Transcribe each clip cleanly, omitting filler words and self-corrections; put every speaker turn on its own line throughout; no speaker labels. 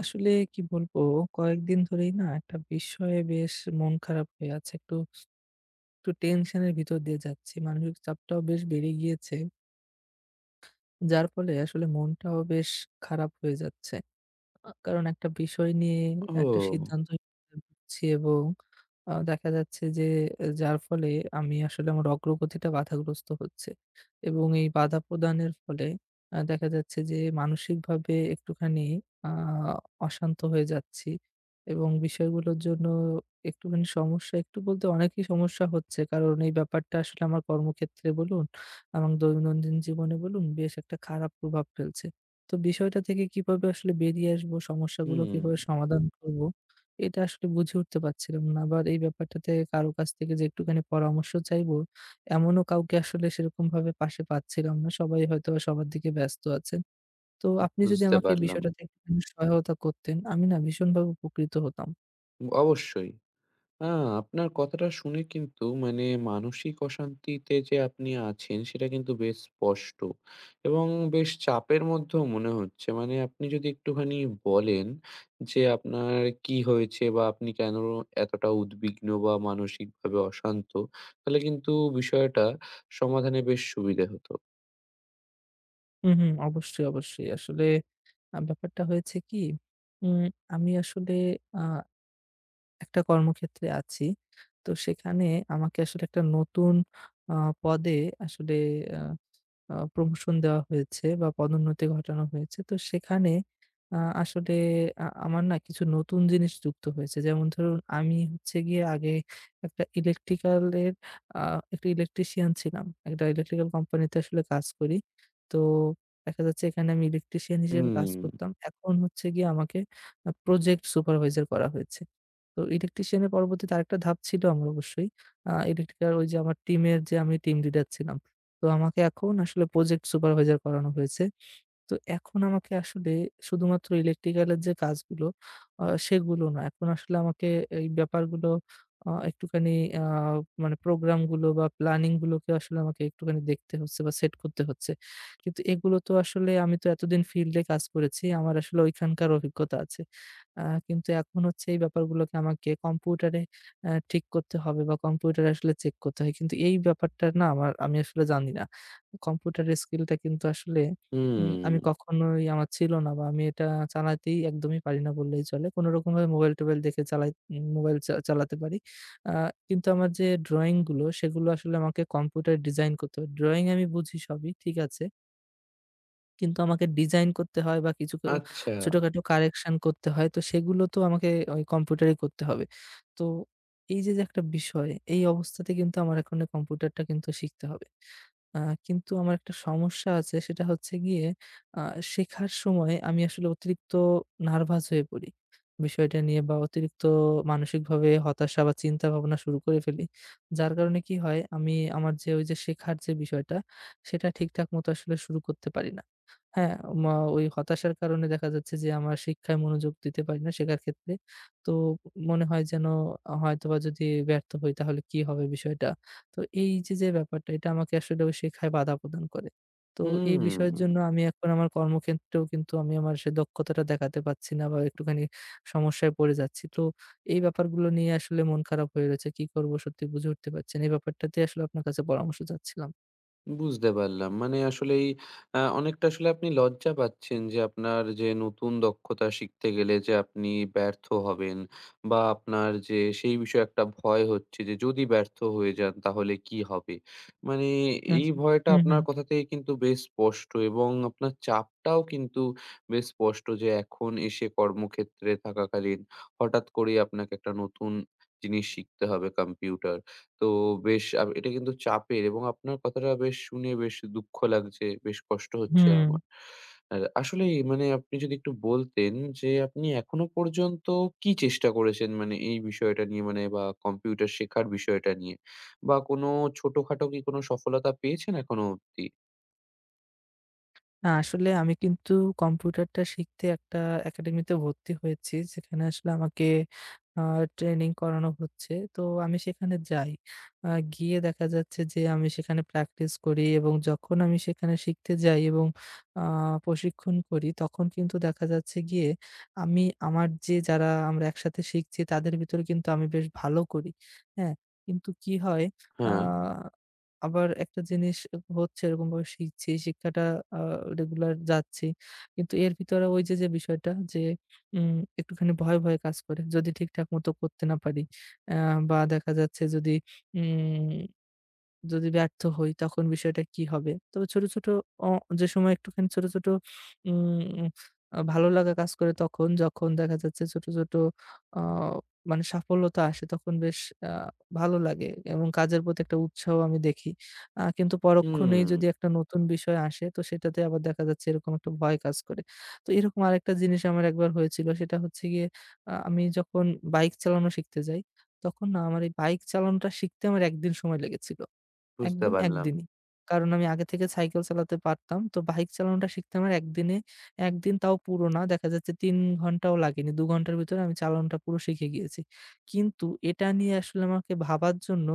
আসলে কি বলবো? কয়েকদিন ধরেই না একটা বিষয়ে বেশ মন খারাপ হয়ে আছে। একটু টেনশনের ভিতর দিয়ে যাচ্ছি। মানসিক চাপটাও বেশ বেড়ে গিয়েছে। যার ফলে আসলে মনটাও বেশ খারাপ হয়ে যাচ্ছে। কারণ একটা বিষয় নিয়ে একটা
ও!
সিদ্ধান্ত ভুগছি এবং দেখা যাচ্ছে যে যার ফলে আমি আসলে আমার অগ্রগতিটা বাধাগ্রস্ত হচ্ছে। এবং এই বাধা প্রদানের ফলে দেখা যাচ্ছে যে মানসিকভাবে একটুখানি আ অশান্ত হয়ে যাচ্ছি। এবং বিষয়গুলোর জন্য একটুখানি সমস্যা একটু বলতে অনেকই সমস্যা হচ্ছে। কারণ এই ব্যাপারটা আসলে আমার কর্মক্ষেত্রে বলুন, আমার দৈনন্দিন জীবনে বলুন বেশ একটা খারাপ প্রভাব ফেলছে। তো বিষয়টা থেকে কিভাবে আসলে বেরিয়ে আসবো, সমস্যাগুলো
হুম,
কিভাবে সমাধান করব? এটা আসলে বুঝে উঠতে পারছিলাম না। আবার এই ব্যাপারটাতে কারো কাছ থেকে যে একটুখানি পরামর্শ চাইবো, এমনও কাউকে আসলে সেরকমভাবে পাশে পাচ্ছিলাম না। সবাই হয়তোবা সবার দিকে ব্যস্ত আছেন। তো আপনি যদি
বুঝতে
আমাকে এই
পারলাম।
বিষয়টাতে একটুখানি সহায়তা করতেন, আমি না ভীষণভাবে উপকৃত হতাম।
অবশ্যই। আ আপনার কথাটা শুনে কিন্তু মানে মানসিক অশান্তিতে যে আপনি আছেন সেটা কিন্তু বেশ স্পষ্ট এবং বেশ চাপের মধ্যেও মনে হচ্ছে। মানে আপনি যদি একটুখানি বলেন যে আপনার কি হয়েছে বা আপনি কেন এতটা উদ্বিগ্ন বা মানসিকভাবে অশান্ত, তাহলে কিন্তু বিষয়টা সমাধানে বেশ সুবিধে হতো।
হুম, হুম, অবশ্যই, অবশ্যই। আসলে ব্যাপারটা হয়েছে কি, উম আমি আসলে আ একটা কর্মক্ষেত্রে আছি। তো সেখানে আমাকে আসলে একটা নতুন আ পদে আসলে আ আ প্রমোশন দেওয়া হয়েছে বা পদোন্নতি ঘটানো হয়েছে। তো সেখানে আ আসলে আমার না কিছু নতুন জিনিস যুক্ত হয়েছে। যেমন ধরুন আমি হচ্ছে গিয়ে আগে একটা ইলেকট্রিক্যাল এর আ একটা ইলেকট্রিশিয়ান ছিলাম। একটা ইলেকট্রিক্যাল কোম্পানিতে আসলে কাজ করি। তো দেখা যাচ্ছে এখানে আমি ইলেকট্রিশিয়ান হিসেবে কাজ
হুম,
করতাম। এখন হচ্ছে গিয়ে আমাকে প্রজেক্ট সুপারভাইজার করা হয়েছে। তো ইলেকট্রিশিয়ান এর পরবর্তীতে আরেকটা ধাপ ছিল আমার অবশ্যই। ইলেকট্রিক্যাল ওই যে আমার টিমের যে আমি টিম লিডার ছিলাম। তো আমাকে এখন আসলে প্রজেক্ট সুপারভাইজার করানো হয়েছে। তো এখন আমাকে আসলে শুধুমাত্র ইলেকট্রিক্যালের যে কাজগুলো সেগুলো না। এখন আসলে আমাকে এই ব্যাপারগুলো একটুখানি আ মানে প্রোগ্রামগুলো বা প্ল্যানিং গুলোকে আসলে আমাকে একটুখানি দেখতে হচ্ছে বা সেট করতে হচ্ছে। কিন্তু এগুলো তো আসলে আমি তো এতদিন ফিল্ডে কাজ করেছি। আমার আসলে ওইখানকার অভিজ্ঞতা আছে। কিন্তু এখন হচ্ছে এই ব্যাপারগুলোকে আমাকে কম্পিউটারে ঠিক করতে হবে বা কম্পিউটারে আসলে চেক করতে হয়। কিন্তু এই ব্যাপারটা না আমি আসলে জানি না। কম্পিউটারের স্কিলটা কিন্তু আসলে আমি
হুম,
কখনোই আমার ছিল না বা আমি এটা চালাতেই একদমই পারি না বললেই চলে। কোনরকমভাবে মোবাইল-টোবাইল দেখে চালাই মোবাইল চালাতে পারি। আ কিন্তু আমার যে ড্রইং গুলো সেগুলো আসলে আমাকে কম্পিউটারে ডিজাইন করতে হয়। ড্রইং আমি বুঝি সবই, ঠিক আছে। কিন্তু আমাকে ডিজাইন করতে হয় বা কিছু
আচ্ছা,
ছোটখাটো কারেকশন করতে হয়। তো সেগুলো তো আমাকে ওই কম্পিউটারেই করতে হবে। তো এই যে, যে একটা বিষয়, এই অবস্থাতে কিন্তু আমার এখন কম্পিউটারটা কিন্তু শিখতে হবে। আ কিন্তু আমার একটা সমস্যা আছে সেটা হচ্ছে গিয়ে আ শেখার সময় আমি আসলে অতিরিক্ত নার্ভাস হয়ে পড়ি। বিষয়টা নিয়ে বা অতিরিক্ত মানসিকভাবে হতাশা বা চিন্তা ভাবনা শুরু করে ফেলি। যার কারণে কি হয় আমার যে ওই যে শেখার যে বিষয়টা সেটা ঠিকঠাক মতো আসলে শুরু করতে পারি না। হ্যাঁ, ওই হতাশার কারণে দেখা যাচ্ছে যে আমার শিক্ষায় মনোযোগ দিতে পারি না শেখার ক্ষেত্রে। তো মনে হয় যেন হয়তোবা যদি ব্যর্থ হই তাহলে কি হবে বিষয়টা। তো এই যে, যে ব্যাপারটা এটা আমাকে আসলে ওই শেখায় বাধা প্রদান করে। তো এই বিষয়ের
হুম।
জন্য আমি এখন আমার কর্মক্ষেত্রেও কিন্তু আমার সে দক্ষতাটা দেখাতে পারছি না বা একটুখানি সমস্যায় পড়ে যাচ্ছি। তো এই ব্যাপারগুলো নিয়ে আসলে মন খারাপ হয়ে রয়েছে। কি করব সত্যি বুঝে উঠতে পারছি না। এই ব্যাপারটাতে আসলে আপনার কাছে পরামর্শ চাচ্ছিলাম।
বুঝতে পারলাম। মানে আসলেই অনেকটা আসলে আপনি লজ্জা পাচ্ছেন যে আপনার যে নতুন দক্ষতা শিখতে গেলে যে আপনি ব্যর্থ হবেন, বা আপনার যে সেই বিষয়ে একটা ভয় হচ্ছে যে যদি ব্যর্থ হয়ে যান তাহলে কি হবে? মানে এই
আচ্ছা।
ভয়টা
হুম, হুম।
আপনার কথা থেকে কিন্তু বেশ স্পষ্ট, এবং আপনার চাপটাও কিন্তু বেশ স্পষ্ট যে এখন এসে কর্মক্ষেত্রে থাকাকালীন হঠাৎ করেই আপনাকে একটা নতুন জিনিস শিখতে হবে, কম্পিউটার। তো বেশ এটা কিন্তু চাপের, এবং আপনার কথাটা বেশ শুনে বেশ দুঃখ লাগছে, বেশ কষ্ট হচ্ছে
হুম।
আমার। আর আসলেই মানে আপনি যদি একটু বলতেন যে আপনি এখনো পর্যন্ত কি চেষ্টা করেছেন, মানে এই বিষয়টা নিয়ে মানে, বা কম্পিউটার শেখার বিষয়টা নিয়ে? বা কোনো ছোটখাটো কি কোনো সফলতা পেয়েছেন এখনো অব্দি?
না, আসলে আমি কিন্তু কম্পিউটারটা শিখতে একটা একাডেমিতে ভর্তি হয়েছি। যেখানে আসলে আমাকে আ ট্রেনিং করানো হচ্ছে। তো আমি সেখানে যাই। গিয়ে দেখা যাচ্ছে যে আমি সেখানে প্র্যাকটিস করি এবং যখন আমি সেখানে শিখতে যাই এবং আ প্রশিক্ষণ করি তখন কিন্তু দেখা যাচ্ছে গিয়ে আমি আমার যে যারা আমরা একসাথে শিখছি তাদের ভিতরে কিন্তু আমি বেশ ভালো করি। হ্যাঁ? কিন্তু কি হয় আ
হ্যাঁ,
আবার একটা জিনিস হচ্ছে এরকমভাবে শিখছি, শিক্ষাটা আ রেগুলার যাচ্ছি। কিন্তু এর ভিতরে ওই যে, যে বিষয়টা যে একটুখানি ভয়, ভয় কাজ করে। যদি ঠিকঠাক মতো করতে না পারি। অ্যা বা দেখা যাচ্ছে যদি উম যদি ব্যর্থ হই তখন বিষয়টা কি হবে? তবে ছোট, ছোট অ যে সময় একটুখানি ছোট, ছোট উম আ ভালো লাগা কাজ করে তখন যখন দেখা যাচ্ছে ছোট, ছোট আ মানে সাফল্যতা আসে তখন বেশ আ ভালো লাগে এবং কাজের প্রতি একটা উৎসাহ আমি দেখি। কিন্তু পরক্ষণেই
হুম,
যদি একটা নতুন বিষয় আসে তো সেটাতে আবার দেখা যাচ্ছে এরকম একটা ভয় কাজ করে। তো এরকম আরেকটা জিনিস আমার একবার হয়েছিল সেটা হচ্ছে গিয়ে আমি যখন বাইক চালানো শিখতে যাই, তখন না আমার এই বাইক চালানোটা শিখতে আমার ১ দিন সময় লেগেছিল।
বুঝতে
একদম
পারলাম।
একদিনই। কারণ আমি আগে থেকে সাইকেল চালাতে পারতাম। তো বাইক চালানোটা শিখতে আমার একদিনে, একদিন তাও পুরো না। দেখা যাচ্ছে ৩ ঘন্টাও লাগেনি। ২ ঘন্টার ভিতরে আমি চালানোটা পুরো শিখে গিয়েছি। কিন্তু এটা নিয়ে আসলে আমাকে ভাবার জন্য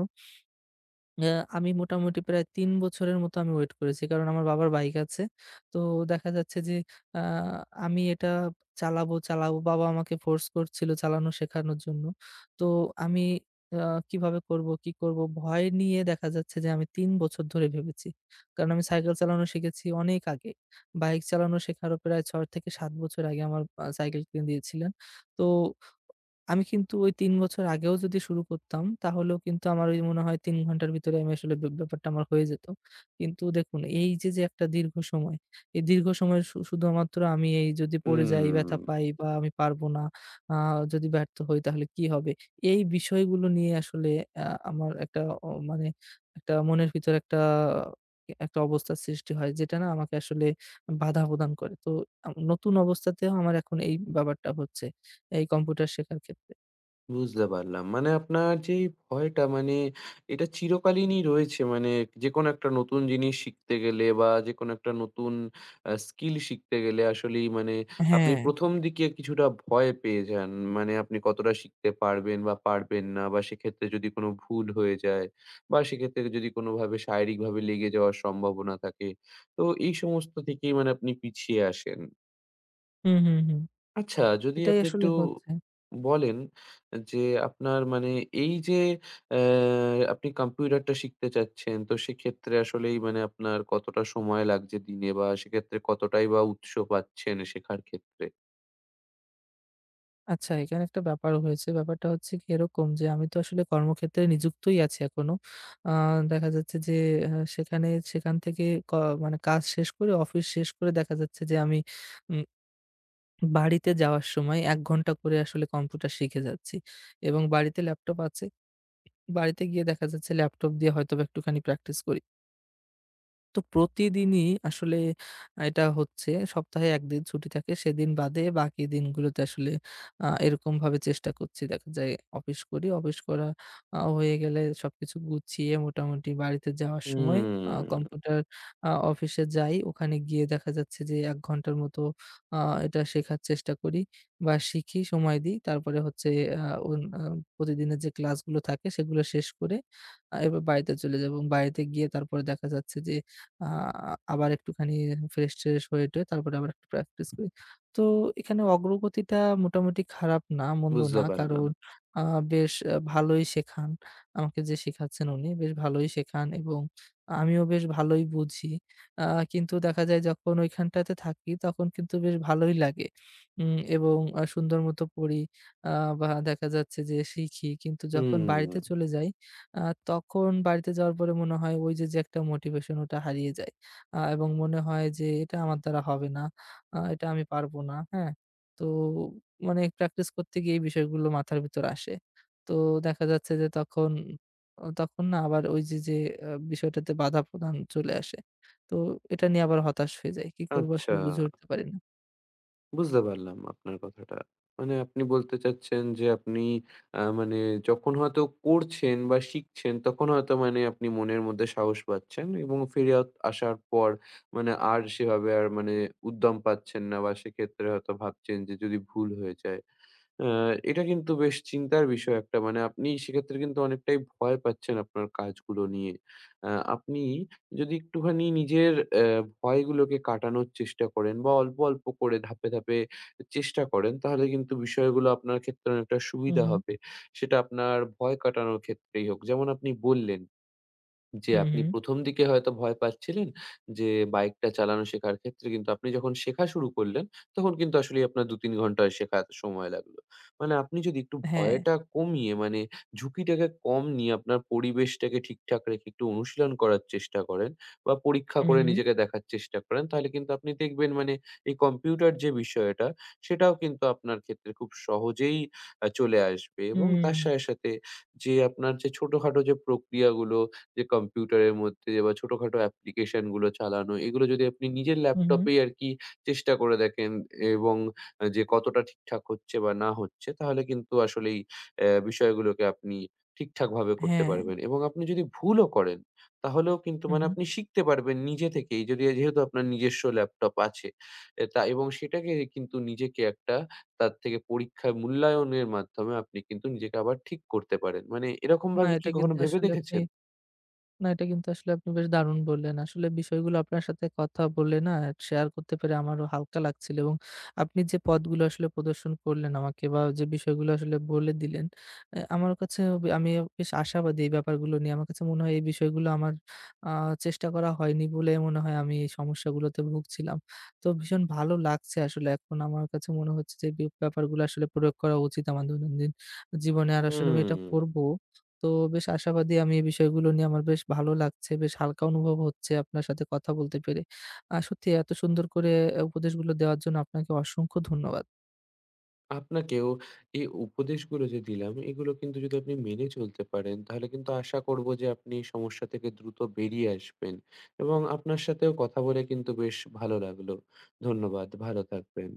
অ্যা আমি মোটামুটি প্রায় ৩ বছরের মতো আমি ওয়েট করেছি। কারণ আমার বাবার বাইক আছে। তো দেখা যাচ্ছে যে আ আমি এটা চালাবো, চালাবো। বাবা আমাকে ফোর্স করছিল চালানো শেখানোর জন্য। তো আমি কিভাবে করব, কি করব ভয় নিয়ে দেখা যাচ্ছে যে আমি ৩ বছর ধরে ভেবেছি। কারণ আমি সাইকেল চালানো শিখেছি অনেক আগে। বাইক চালানো শেখারও প্রায় ৬ থেকে ৭ বছর আগে আমার সাইকেল কিনে দিয়েছিলেন। তো আমি কিন্তু ওই ৩ বছর আগেও যদি শুরু করতাম, তাহলেও কিন্তু আমার ওই মনে হয় ৩ ঘন্টার ভিতরে আমি আসলে ব্যাপারটা আমার হয়ে যেত। কিন্তু দেখুন এই যে, যে একটা দীর্ঘ সময়, এই দীর্ঘ সময় শুধুমাত্র আমি এই যদি পড়ে যাই, ব্যথা
হুম।
পাই বা আমি পারবো না, আ যদি ব্যর্থ হই তাহলে কি হবে? এই বিষয়গুলো নিয়ে আসলে আ আমার একটা মানে একটা মনের ভিতর একটা একটা অবস্থার সৃষ্টি হয় যেটা না আমাকে আসলে বাধা প্রদান করে। তো নতুন অবস্থাতেও আমার এখন এই ব্যাপারটা হচ্ছে। এই কম্পিউটার শেখার ক্ষেত্রে।
বুঝতে পারলাম। মানে আপনার যে এই ভয়টা, মানে এটা চিরকালীনই রয়েছে। মানে যেকোনো একটা নতুন জিনিস শিখতে গেলে, বা যেকোনো একটা নতুন স্কিল শিখতে গেলে আসলেই মানে আপনি
হ্যাঁ।
১ম দিকে কিছুটা ভয় পেয়ে যান। মানে আপনি কতটা শিখতে পারবেন বা পারবেন না, বা সেক্ষেত্রে যদি কোনো ভুল হয়ে যায়, বা সেক্ষেত্রে যদি কোনোভাবে শারীরিকভাবে লেগে যাওয়ার সম্ভাবনা থাকে। তো এই সমস্ত থেকেই মানে আপনি পিছিয়ে আসেন।
হুম, হুম, হুম।
আচ্ছা, যদি
এটাই
আপনি
আসলে
একটু
হচ্ছে।
বলেন যে আপনার মানে এই যে আপনি কম্পিউটারটা শিখতে চাচ্ছেন, তো সেক্ষেত্রে আসলেই মানে আপনার কতটা সময় লাগছে দিনে, বা সেক্ষেত্রে কতটাই বা উৎস পাচ্ছেন শেখার ক্ষেত্রে?
আচ্ছা এখানে একটা ব্যাপার হয়েছে। ব্যাপারটা হচ্ছে কি এরকম যে আমি তো আসলে কর্মক্ষেত্রে নিযুক্তই আছি এখনো। আ দেখা যাচ্ছে যে সেখান থেকে ক মানে কাজ শেষ করে অফিস শেষ করে দেখা যাচ্ছে যে আমি উম বাড়িতে যাওয়ার সময় ১ ঘন্টা করে আসলে কম্পিউটার শিখে যাচ্ছি। এবং বাড়িতে ল্যাপটপ আছে। বাড়িতে গিয়ে দেখা যাচ্ছে ল্যাপটপ দিয়ে হয়তোবা একটুখানি প্র্যাকটিস করি। তো প্রতিদিনই আসলে এটা হচ্ছে সপ্তাহে ১ দিন ছুটি থাকে সেদিন বাদে বাকি দিনগুলোতে আসলে এরকমভাবে চেষ্টা করছি। দেখা যায় অফিস করা হয়ে গেলে সবকিছু গুছিয়ে মোটামুটি বাড়িতে যাওয়ার সময় আ
হুম,
কম্পিউটার আ অফিসে যাই। ওখানে গিয়ে দেখা যাচ্ছে যে ১ ঘন্টার মতো আ এটা শেখার চেষ্টা করি বা শিখি, সময় দিই। তারপরে হচ্ছে আ অন আ প্রতিদিনের যে ক্লাসগুলো থাকে সেগুলো শেষ করে এবার বাড়িতে চলে যাব। বাড়িতে গিয়ে তারপরে দেখা যাচ্ছে যে আ আবার একটুখানি ফ্রেশ-ট্রেশ হয়ে-টয়ে তারপরে আবার একটু প্র্যাকটিস করি। তো এখানে অগ্রগতিটা মোটামুটি খারাপ না, মন্দ
বুঝতে
না।
পারলাম।
কারণ আ বেশ ভালোই শেখান। আমাকে যে শেখাচ্ছেন উনি বেশ ভালোই শেখান এবং আমিও বেশ ভালোই বুঝি। আ কিন্তু দেখা যায় যখন ওইখানটাতে থাকি তখন কিন্তু বেশ ভালোই লাগে। এবং সুন্দর মতো পড়ি আ বা দেখা যাচ্ছে যে শিখি। কিন্তু যখন বাড়িতে
হুম।
চলে যাই আ তখন বাড়িতে যাওয়ার পরে মনে হয় ওই যে, যে একটা মোটিভেশন ওটা হারিয়ে যায়। এবং মনে হয় যে এটা আমার দ্বারা হবে না। এটা আমি পারব না। হ্যাঁ? তো মানে প্র্যাকটিস করতে গিয়ে এই বিষয়গুলো মাথার ভিতর আসে। তো দেখা যাচ্ছে যে তখন, তখন না আবার ওই যে, যে বিষয়টাতে বাধা প্রদান চলে আসে। তো এটা নিয়ে আবার হতাশ হয়ে যাই। কি করব
আচ্ছা,
আসলে বুঝে উঠতে পারি না।
বুঝতে পারলাম আপনার কথাটা। মানে আপনি বলতে চাচ্ছেন যে আপনি মানে যখন হয়তো করছেন বা শিখছেন তখন হয়তো মানে আপনি মনের মধ্যে সাহস পাচ্ছেন, এবং ফিরে আসার পর মানে আর সেভাবে আর মানে উদ্যম পাচ্ছেন না, বা সেক্ষেত্রে হয়তো ভাবছেন যে যদি ভুল হয়ে যায়। আ এটা কিন্তু বেশ চিন্তার বিষয় একটা। মানে আপনি সেক্ষেত্রে কিন্তু অনেকটাই ভয় পাচ্ছেন আপনার কাজগুলো নিয়ে। আ আপনি যদি একটুখানি নিজের ভয়গুলোকে কাটানোর চেষ্টা করেন, বা অল্প, অল্প করে ধাপে, ধাপে চেষ্টা করেন, তাহলে কিন্তু বিষয়গুলো আপনার ক্ষেত্রে অনেকটা
হু,
সুবিধা
হু,
হবে। সেটা আপনার ভয় কাটানোর ক্ষেত্রেই হোক। যেমন আপনি বললেন যে
হু, হু।
আপনি ১ম দিকে হয়তো ভয় পাচ্ছিলেন যে বাইকটা চালানো শেখার ক্ষেত্রে, কিন্তু আপনি যখন শেখা শুরু করলেন, তখন কিন্তু আসলেই আপনার ২-৩ ঘন্টা শেখা সময় লাগলো। মানে আপনি যদি একটু
হ্যাঁ।
ভয়টা কমিয়ে মানে ঝুঁকিটাকে কম নিয়ে আপনার পরিবেশটাকে ঠিকঠাক রেখে একটু অনুশীলন করার চেষ্টা করেন, বা পরীক্ষা
হু,
করে
হু।
নিজেকে দেখার চেষ্টা করেন, তাহলে কিন্তু আপনি দেখবেন মানে এই কম্পিউটার যে বিষয়টা, সেটাও কিন্তু আপনার ক্ষেত্রে খুব সহজেই চলে আসবে, এবং তার
হুম।
সাথে, সাথে যে আপনার যে ছোটখাটো যে প্রক্রিয়াগুলো যে কম্পিউটারের মধ্যে, বা ছোটখাটো অ্যাপ্লিকেশন গুলো চালানো, এগুলো যদি আপনি নিজের
হু, হু।
ল্যাপটপেই আরকি চেষ্টা করে দেখেন, এবং যে কতটা ঠিকঠাক হচ্ছে বা না হচ্ছে, তাহলে কিন্তু আসলেই বিষয়গুলোকে আপনি ঠিকঠাকভাবে করতে
হ্যাঁ।
পারবেন, এবং আপনি যদি ভুলও করেন, তাহলেও কিন্তু
হু,
মানে
হু।
আপনি শিখতে পারবেন নিজে থেকেই। যদি যেহেতু আপনার নিজস্ব ল্যাপটপ আছে, তা, এবং সেটাকে কিন্তু নিজেকে একটা তার থেকে পরীক্ষায় মূল্যায়নের মাধ্যমে আপনি কিন্তু নিজেকে আবার ঠিক করতে পারেন। মানে
না
এরকমভাবে কি
এটা
কখনো
কিন্তু
ভেবে
আসলে আপনি
দেখেছেন?
না, এটা কিন্তু আসলে আপনি বেশ দারুণ বললেন। আসলে বিষয়গুলো আপনার সাথে কথা বলে না শেয়ার করতে পেরে আমারও হালকা লাগছিল এবং আপনি যে পথগুলো আসলে প্রদর্শন করলেন আমাকে বা যে বিষয়গুলো আসলে বলে দিলেন, অ্যা আমার কাছে বে আমি বেশ আশাবাদী এই ব্যাপারগুলো নিয়ে। আমার কাছে মনে হয় এই বিষয়গুলো আমার আ চেষ্টা করা হয়নি বলে মনে হয় আমি এই সমস্যাগুলোতে ভুগছিলাম। তো ভীষণ ভালো লাগছে আসলে এখন আমার কাছে মনে হচ্ছে যে ব্যাপারগুলো আসলে প্রয়োগ করা উচিত আমার দৈনন্দিন জীবনে। আর আসলে আমি এটা
হুম,
করব। তো বেশ আশাবাদী আমি এই বিষয়গুলো নিয়ে আমার বেশ ভালো লাগছে। বেশ হালকা অনুভব হচ্ছে আপনার সাথে কথা বলতে পেরে। সত্যি এত সুন্দর করে এ উপদেশগুলো দেওয়ার জন্য আপনাকে অসংখ্য ধন্যবাদ।
আপনাকেও। এই উপদেশগুলো যে দিলাম, এগুলো কিন্তু যদি আপনি মেনে চলতে পারেন, তাহলে কিন্তু আশা করব যে আপনি এই সমস্যা থেকে দ্রুত বেরিয়ে আসবেন, এবং আপনার সাথেও কথা বলে কিন্তু বেশ ভালো লাগলো। ধন্যবাদ, ভালো থাকবেন।